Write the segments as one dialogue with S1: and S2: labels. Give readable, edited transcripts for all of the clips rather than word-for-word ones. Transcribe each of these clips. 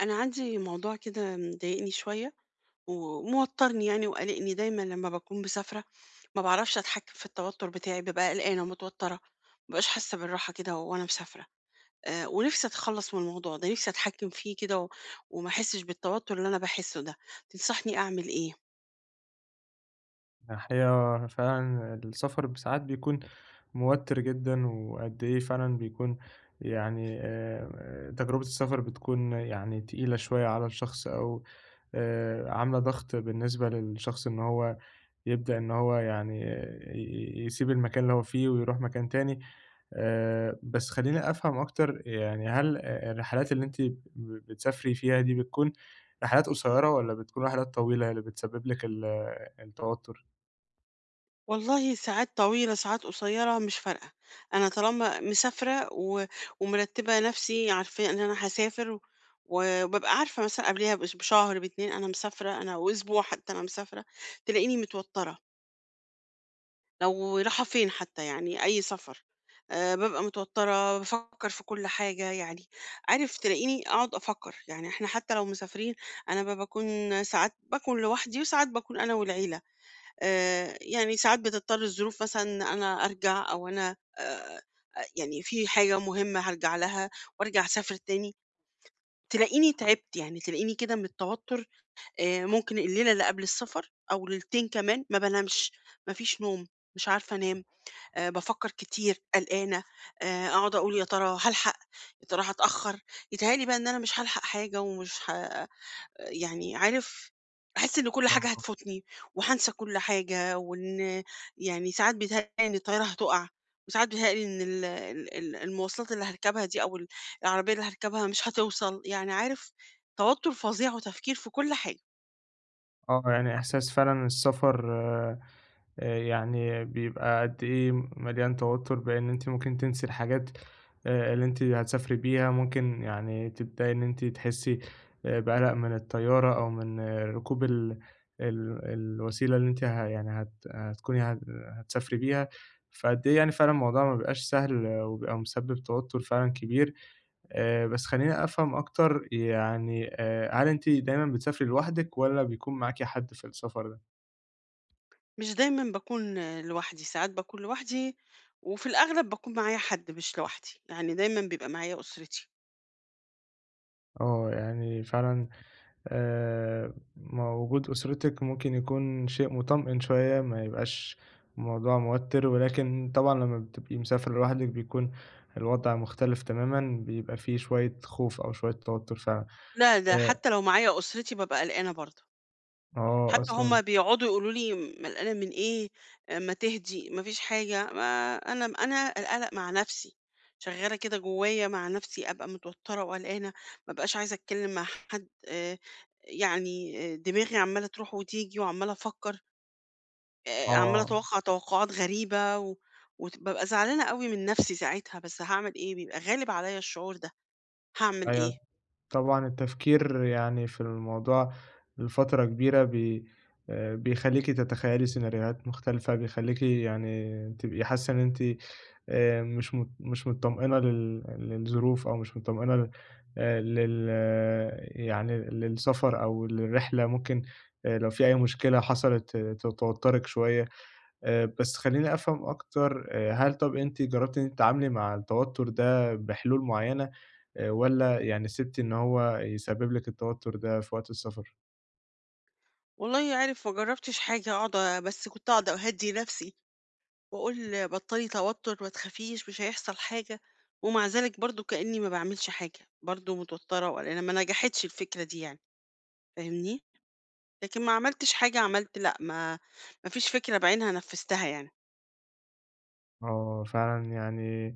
S1: أنا عندي موضوع كده مضايقني شوية وموترني يعني وقلقني دايما لما بكون مسافرة. ما بعرفش أتحكم في التوتر بتاعي، ببقى قلقانة ومتوترة. مبقاش حاسة بالراحة كده وأنا مسافرة. أه، ونفسي أتخلص من الموضوع ده، نفسي أتحكم فيه كده وما أحسش بالتوتر اللي أنا بحسه ده. تنصحني أعمل إيه؟
S2: الحقيقة فعلًا السفر ساعات بيكون موتِّر جدًا، وقد إيه فعلًا بيكون يعني تجربة السفر بتكون يعني تقيلة شوية على الشخص، أو عاملة ضغط بالنسبة للشخص إن هو يبدأ إن هو يعني آه، ي يسيب المكان اللي هو فيه ويروح مكان تاني. بس خلّيني أفهم أكتر. يعني هل الرحلات اللي أنتِ بتسافري فيها دي بتكون رحلات قصيرة، والّا بتكون رحلات طويلة اللي بتسبب لِك التوتُّر؟
S1: والله، ساعات طويلة ساعات قصيرة، مش فارقة. أنا طالما مسافرة ومرتبة نفسي، عارفة إن أنا هسافر وببقى عارفة مثلا قبلها بشهر باتنين، أنا مسافرة، أنا وأسبوع حتى أنا مسافرة، تلاقيني متوترة لو رايحة فين، حتى يعني أي سفر، أه ببقى متوترة، بفكر في كل حاجة يعني عارف، تلاقيني أقعد أفكر، يعني إحنا حتى لو مسافرين، أنا بكون ساعات بكون لوحدي وساعات بكون أنا والعيلة. يعني ساعات بتضطر الظروف مثلًا إن أنا أرجع، أو أنا يعني في حاجة مهمة هارجع لها، وأرجع أسافر تاني، تلاقيني تعبت، يعني تلاقيني كده من التوتر. ممكن الليلة اللي قبل السفر أو ليلتين كمان ما بانامش، ما فيش نوم، مش عارفة أنام. بافكر كتير، قلقانة. أقعد أقول: يا ترى هالحق؟ يا ترى هاتأخر؟ يتهيأ لي بقى إن أنا مش هالحق حاجة، ومش يعني عارف، أحس إن كل حاجة
S2: آه، آه،
S1: هتفوتني وهانسى كل حاجة، وإن يعني ساعات بيتهيألي إن الطيارة هتقع، وساعات بيتهيألي إن المواصلات اللي هركبها دي، أو العربية اللي هركبها مش هتوصل، يعني عارف، توتر فظيع وتفكير في كل حاجة.
S2: آه، يعني إحساس فعلًا السفر يعني بيبقى قد إيه مليان توتر، بإن أنتِ ممكن تنسي الحاجات اللي أنتِ هتسافري بيها، ممكن يعني تبدئي إن أنتِ تحسي بقلق من الطيارة، أو من ركوب ال ال الوسيلة اللي أنتِ ه يعني هت هتكوني هت هتسافري بيها، فقد إيه يعني فعلًا الموضوع ما بيبقاش سهل، وبيبقى مسبب توتر فعلًا كبير. بس خلّيني أفهم أكتر. يعني هل أنتِ دايمًا بتسافري لوحدِك، والّا بيكون معاكِ حد في السفر ده؟
S1: مش دايما بكون لوحدي، ساعات بكون لوحدي، وفي الأغلب بكون معايا حد، مش لوحدي يعني، دايما بيبقى معايا أسرتي.
S2: آه، يعني فعلًا ما وجود أسرتِك ممكن يكون شيء مطمئن شوية، ما يبقاش الموضوع موتِّر، ولكن طبعًا لمّا بتبقي مسافرة لوحدِك بيكون الوضع مختلف تمامًا، بيبقى في شوية خوف أو شوية توتُّر فعلًا.
S1: لا، ده
S2: آآ
S1: حتى لو معايا أسرتي ببقى قلقانة برضه،
S2: آه
S1: حتى هُم
S2: أصلًا.
S1: بيقعدوا يقولوا لي: "ما القلق من إيه؟ ما تهدي، ما فيش حاجة." ما أنا، أنا القلق مع نَفْسي، شغّالة كده جوّايا مع نَفْسي، أبقى متوتّرة وقلقانة، ما أبقاش عايزة أتكلّم مع حد، يعني دماغي عمّالة تروح وتيجي وعمّالة أفكّر، عمّالة
S2: آه،
S1: أتوقّع توقُّعات غريبة وبابقى زعلانة أوي من نَفْسي ساعتها، بس هاعمل إيه؟ بيبقى غالب عليّا الشعور ده، هاعمل إيه؟
S2: أيوه. طبعًا التفكير يعني في الموضوع لفترة كبيرة، بي بيخلّيكِ تتخيلي سيناريوهات مختلفة. بيخلّيكِ يعني تبقي حاسة إن أنتِ مش متطمئنة للظروف، أو مش متطمئنة ل لل يعني للسفر أو للرحلة. ممكن لو في أي مشكلة حصلت توتّرِك شوية. بس خلّيني أفهم أكتر. هل طَب أنتِ جرّبتِ إن أنتِ تتعاملي مع التوتر ده بحلول معيّنة، والّا يعني سِبتِ إن هو يسبب لِك التوتر ده في وقت السفر؟
S1: والله عارف، ما جرّبتش حاجة، أقعد بس كنت أقعد أهدّي نَفْسي، واقول بطّلي توتر، ما تخافيش مش هيحصل حاجة. ومع ذلك برضه كإني ما باعملش حاجة، برضه متوترة وقلقانة، ما نجحتش الفكرة دي يعني، فاهمني؟ لكن ما عملتش حاجة، عملت لأ، ما فيش فكرة بعينها نفّذتها يعني.
S2: آه، فعلًا يعني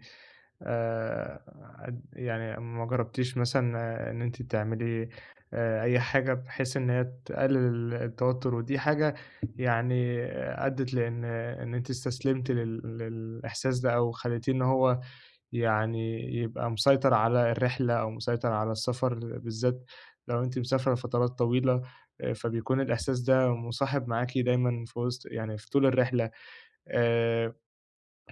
S2: آآ قد يعني ما جرّبتيش مثلًا إن أنتِ تعملي أي حاجة بحيث إن هي تقلل التوتر. ودي حاجة يعني أدّت لإن أنتِ استسلمتِ للإحساس ده، أو خلّيتيه إن هو يعني يبقى مسيطر على الرحلة أو مسيطر على السفر، بالذات لو أنتِ مسافرة لفترات طويلة. فبيكون الإحساس ده مُصاحب معاكِ دايمًا في وسط يعني في طول الرحلة. آآ،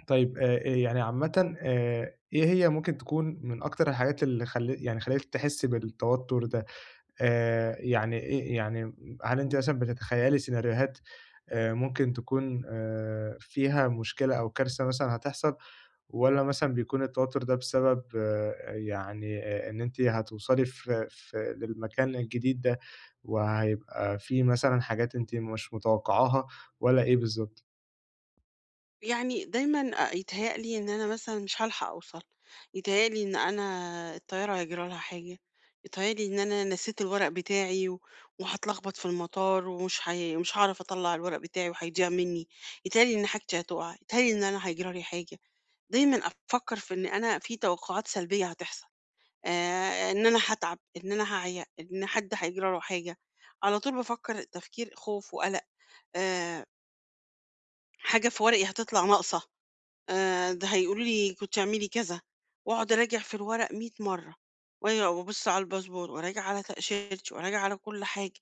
S2: طيب، يعني عامةً إيه هي ممكن تكون من أكتر الحاجات اللي يعني خلّتِك تحسّي بالتوتر ده؟ يعني إيه يعني هل أنتِ مثلًا بتتخيلي سيناريوهات ممكن تكون فيها مشكلة أو كارثة مثلًا هتحصل؟ والّا مثلًا بيكون التوتر ده بسبب يعني إن أنتِ هتوصلي في في للمكان الجديد ده، وهيبقى في مثلًا حاجات أنتِ مش متوقعاها، والّا إيه بالضبط؟
S1: يعني دايمًا يتهيأ لي إن أنا مثلًا مش هالحق أوصل، يتهيأ لي إن أنا الطيارة هيجرى لها حاجة، يتهيأ لي إن أنا نسيت الورق بتاعي، و وهاتلخبط في المطار، ومش هي مش هاعرف أطلّع الورق بتاعي وهيضيع منّي، يتهيأ لي إن حاجتي هتقع، يتهيأ لي إن أنا هيجرى لي حاجة، دايمًا أفكّر في إن أنا في توقعات سلبية هتحصل، إن أنا هاتعب، إن أنا هاعيا، إن حد هيجرى له حاجة، على طول بافكّر تفكير خوف وقلق. آآ حاجة في ورقي هتطلع ناقصة، ده هيقولوا لي كنتِ اعملي كذا، وأقعد أراجع في الورق 100 مرّة، وأرجع وأبُص على الباسبور، وأراجع على تأشيرتي، وأراجع على كل حاجة،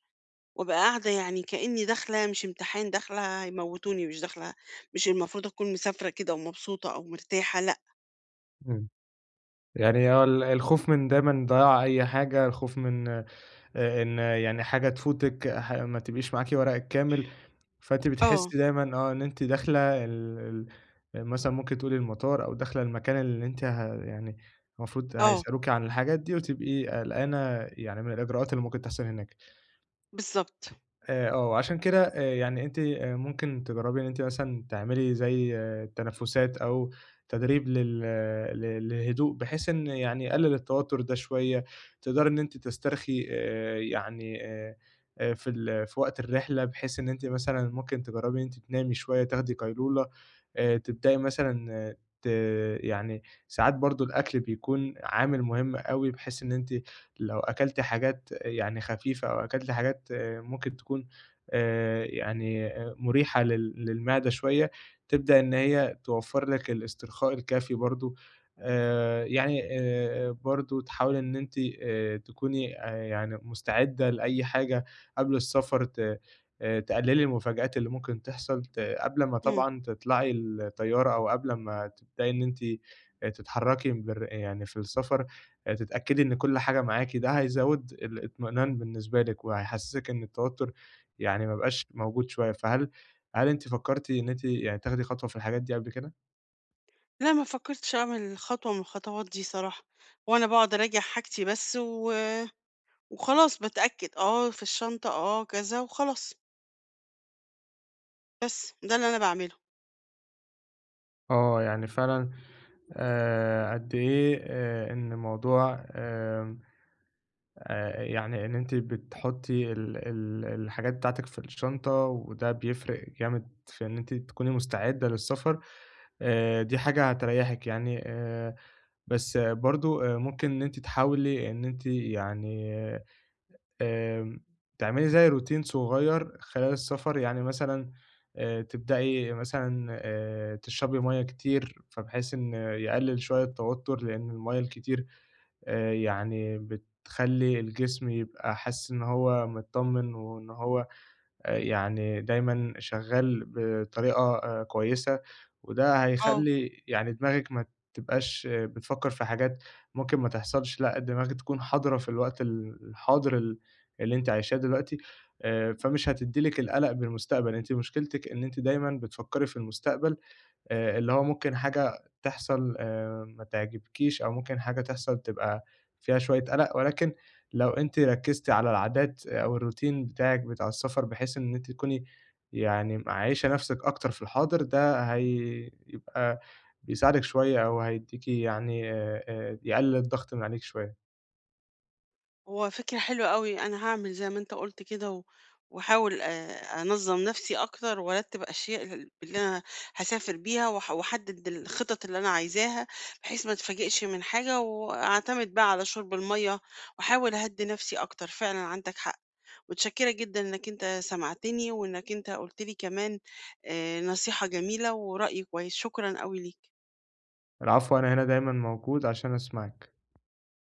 S1: وأبقى قاعدة يعني كإني داخلة مش امتحان، داخلة هيموتوني، مش داخلة، مش المفروض أكون مسافرة كده ومبسوطة أو مرتاحة، لأ.
S2: إمم. يعني هو الخوف من دايمًا ضياع أي حاجة، الخوف من إن يعني حاجة تفوتِك، ما تبقيش معاكِ ورقِك كامل. فأنتِ
S1: آه.
S2: بتحسّي دايمًا إن أنتِ داخلة ال ال مثلًا ممكن تقولي المطار، أو داخلة المكان اللي أنتِ يعني المفروض
S1: آه.
S2: هيسألوكِ عن الحاجات دي، وتبقي قلقانة يعني من الإجراءات اللي ممكن تحصل هناك.
S1: بالضبط.
S2: آه، عشان كده يعني أنتِ ممكن تجرّبي إن أنتِ مثلًا تعملي زي تنفُّسات، أو تدريب لل ل للهدوء، بحيث إن يعني يقلِّل التوتُّر ده شوية. تقدري إن أنتِ تسترخي يعني في وقت الرحلة، بحيث إن أنتِ مثلًا ممكن تجرّبي إن أنتِ تنامي شوية، تاخدي قيلولة. تبدئي مثلًا آه، ت يعني ساعات برضه الأكل بيكون عامل مهم أوي، بحيث إن أنتِ لو أكلت حاجات يعني خفيفة، أو أكلت حاجات ممكن تكون يعني مُريحة للمعدة شوية، تبدأ إن هي توفّر لك الاسترخاء الكافي برضه. يعني برضه تحاولي إن أنتِ تكوني يعني مستعدة لأي حاجة قبل السفر. ت تقلّلي المفاجآت اللي ممكن تحصل قبل ما
S1: إمم.
S2: طبعًا تطلعي الطيارة، أو قبل ما تبدئي إن أنتِ تتحرّكي يعني في السفر. تتأكدي إن كل حاجة معاكِ. ده هيزوّد الإطمئنان بالنسبة لِك، وهيحسّسِك إن التوتر يعني ما بقاش موجود شوية. فهل أنتِ فكّرتِ إن أنتِ يعني تاخدي خطوة في الحاجات دي قبل كده؟
S1: لا، ما فكرتش أعمل خطوة من الخطوات دي صراحة، هو أنا باقعد أراجع حاجتي بس، و وخلاص باتأكد، آه في الشنطة، آه كذا وخلاص، بس ده اللي أنا باعمله.
S2: آه، يعني فعلًا قد إيه إن موضوع آمم يعني إن أنتِ بتحطّي ال ال الحاجات بتاعتِك في الشنطة، وده بيفرق جامد في إن أنتِ تكوني مستعدة للسفر. دي حاجة هتريّحِك، يعني بس برضه ممكن إن أنتِ تحاولي إن أنتِ يعني آمم تعملي زي روتين صغير خلال السفر. يعني مثلًا تبدئي مثلًا تشربي مَيّة كتير، فبحيث إن يقلل شوية التوتر، لإن المَيّة الكتير يعني بتخلّي الجسم يبقى حاسس إن هو متطمن، وإن هو يعني دايمًا شغّال بطريقة كويسة، وده
S1: آه.
S2: هيخلّي يعني دماغِك ما تبقاش بتفكّر في حاجات ممكن ما تحصلش. لأ، دماغِك تكون حاضرة في الوقت الحاضر اللي أنتِ عايشاه دلوقتي، فمش هتدّي لِك القَلَق بالمستقبل. أنتِ مشكلتِك إن أنتِ دايمًا بتفكّري في المستقبل، اللي هو ممكن حاجة تحصل ما تعجبكيش، أو ممكن حاجة تحصل تبقى فيها شوية قلق. ولكن لو أنتِ ركّزتِ على العادات أو الroutine بتاعِك بتاع السفر، بحيث إن أنتِ تكوني يعني عايشة نَفْسِك أكتر في الحاضر، ده هيبقى بيساعدِك شوية، أو هيدّيكِ يعني يقلل الضغط من عليكِ شوية.
S1: هو فكرة حلوة قوي، أنا هعمل زي ما أنت قلت كده وأحاول أنظم نفسي أكتر وأرتب أشياء اللي أنا هسافر بيها، وأحدد الخطط اللي أنا عايزاها، بحيث ما أتفاجئش من حاجة، وأعتمد بقى على شرب المية، وأحاول أهدي نفسي أكتر، فعلا عندك حق. متشكرة جدا إنك أنت سمعتني، وإنك أنت قلت لي كمان نصيحة جميلة ورأي كويس، شكرا قوي ليك.
S2: العفو. أنا هنا دايمًا موجود عشان أسمعِك.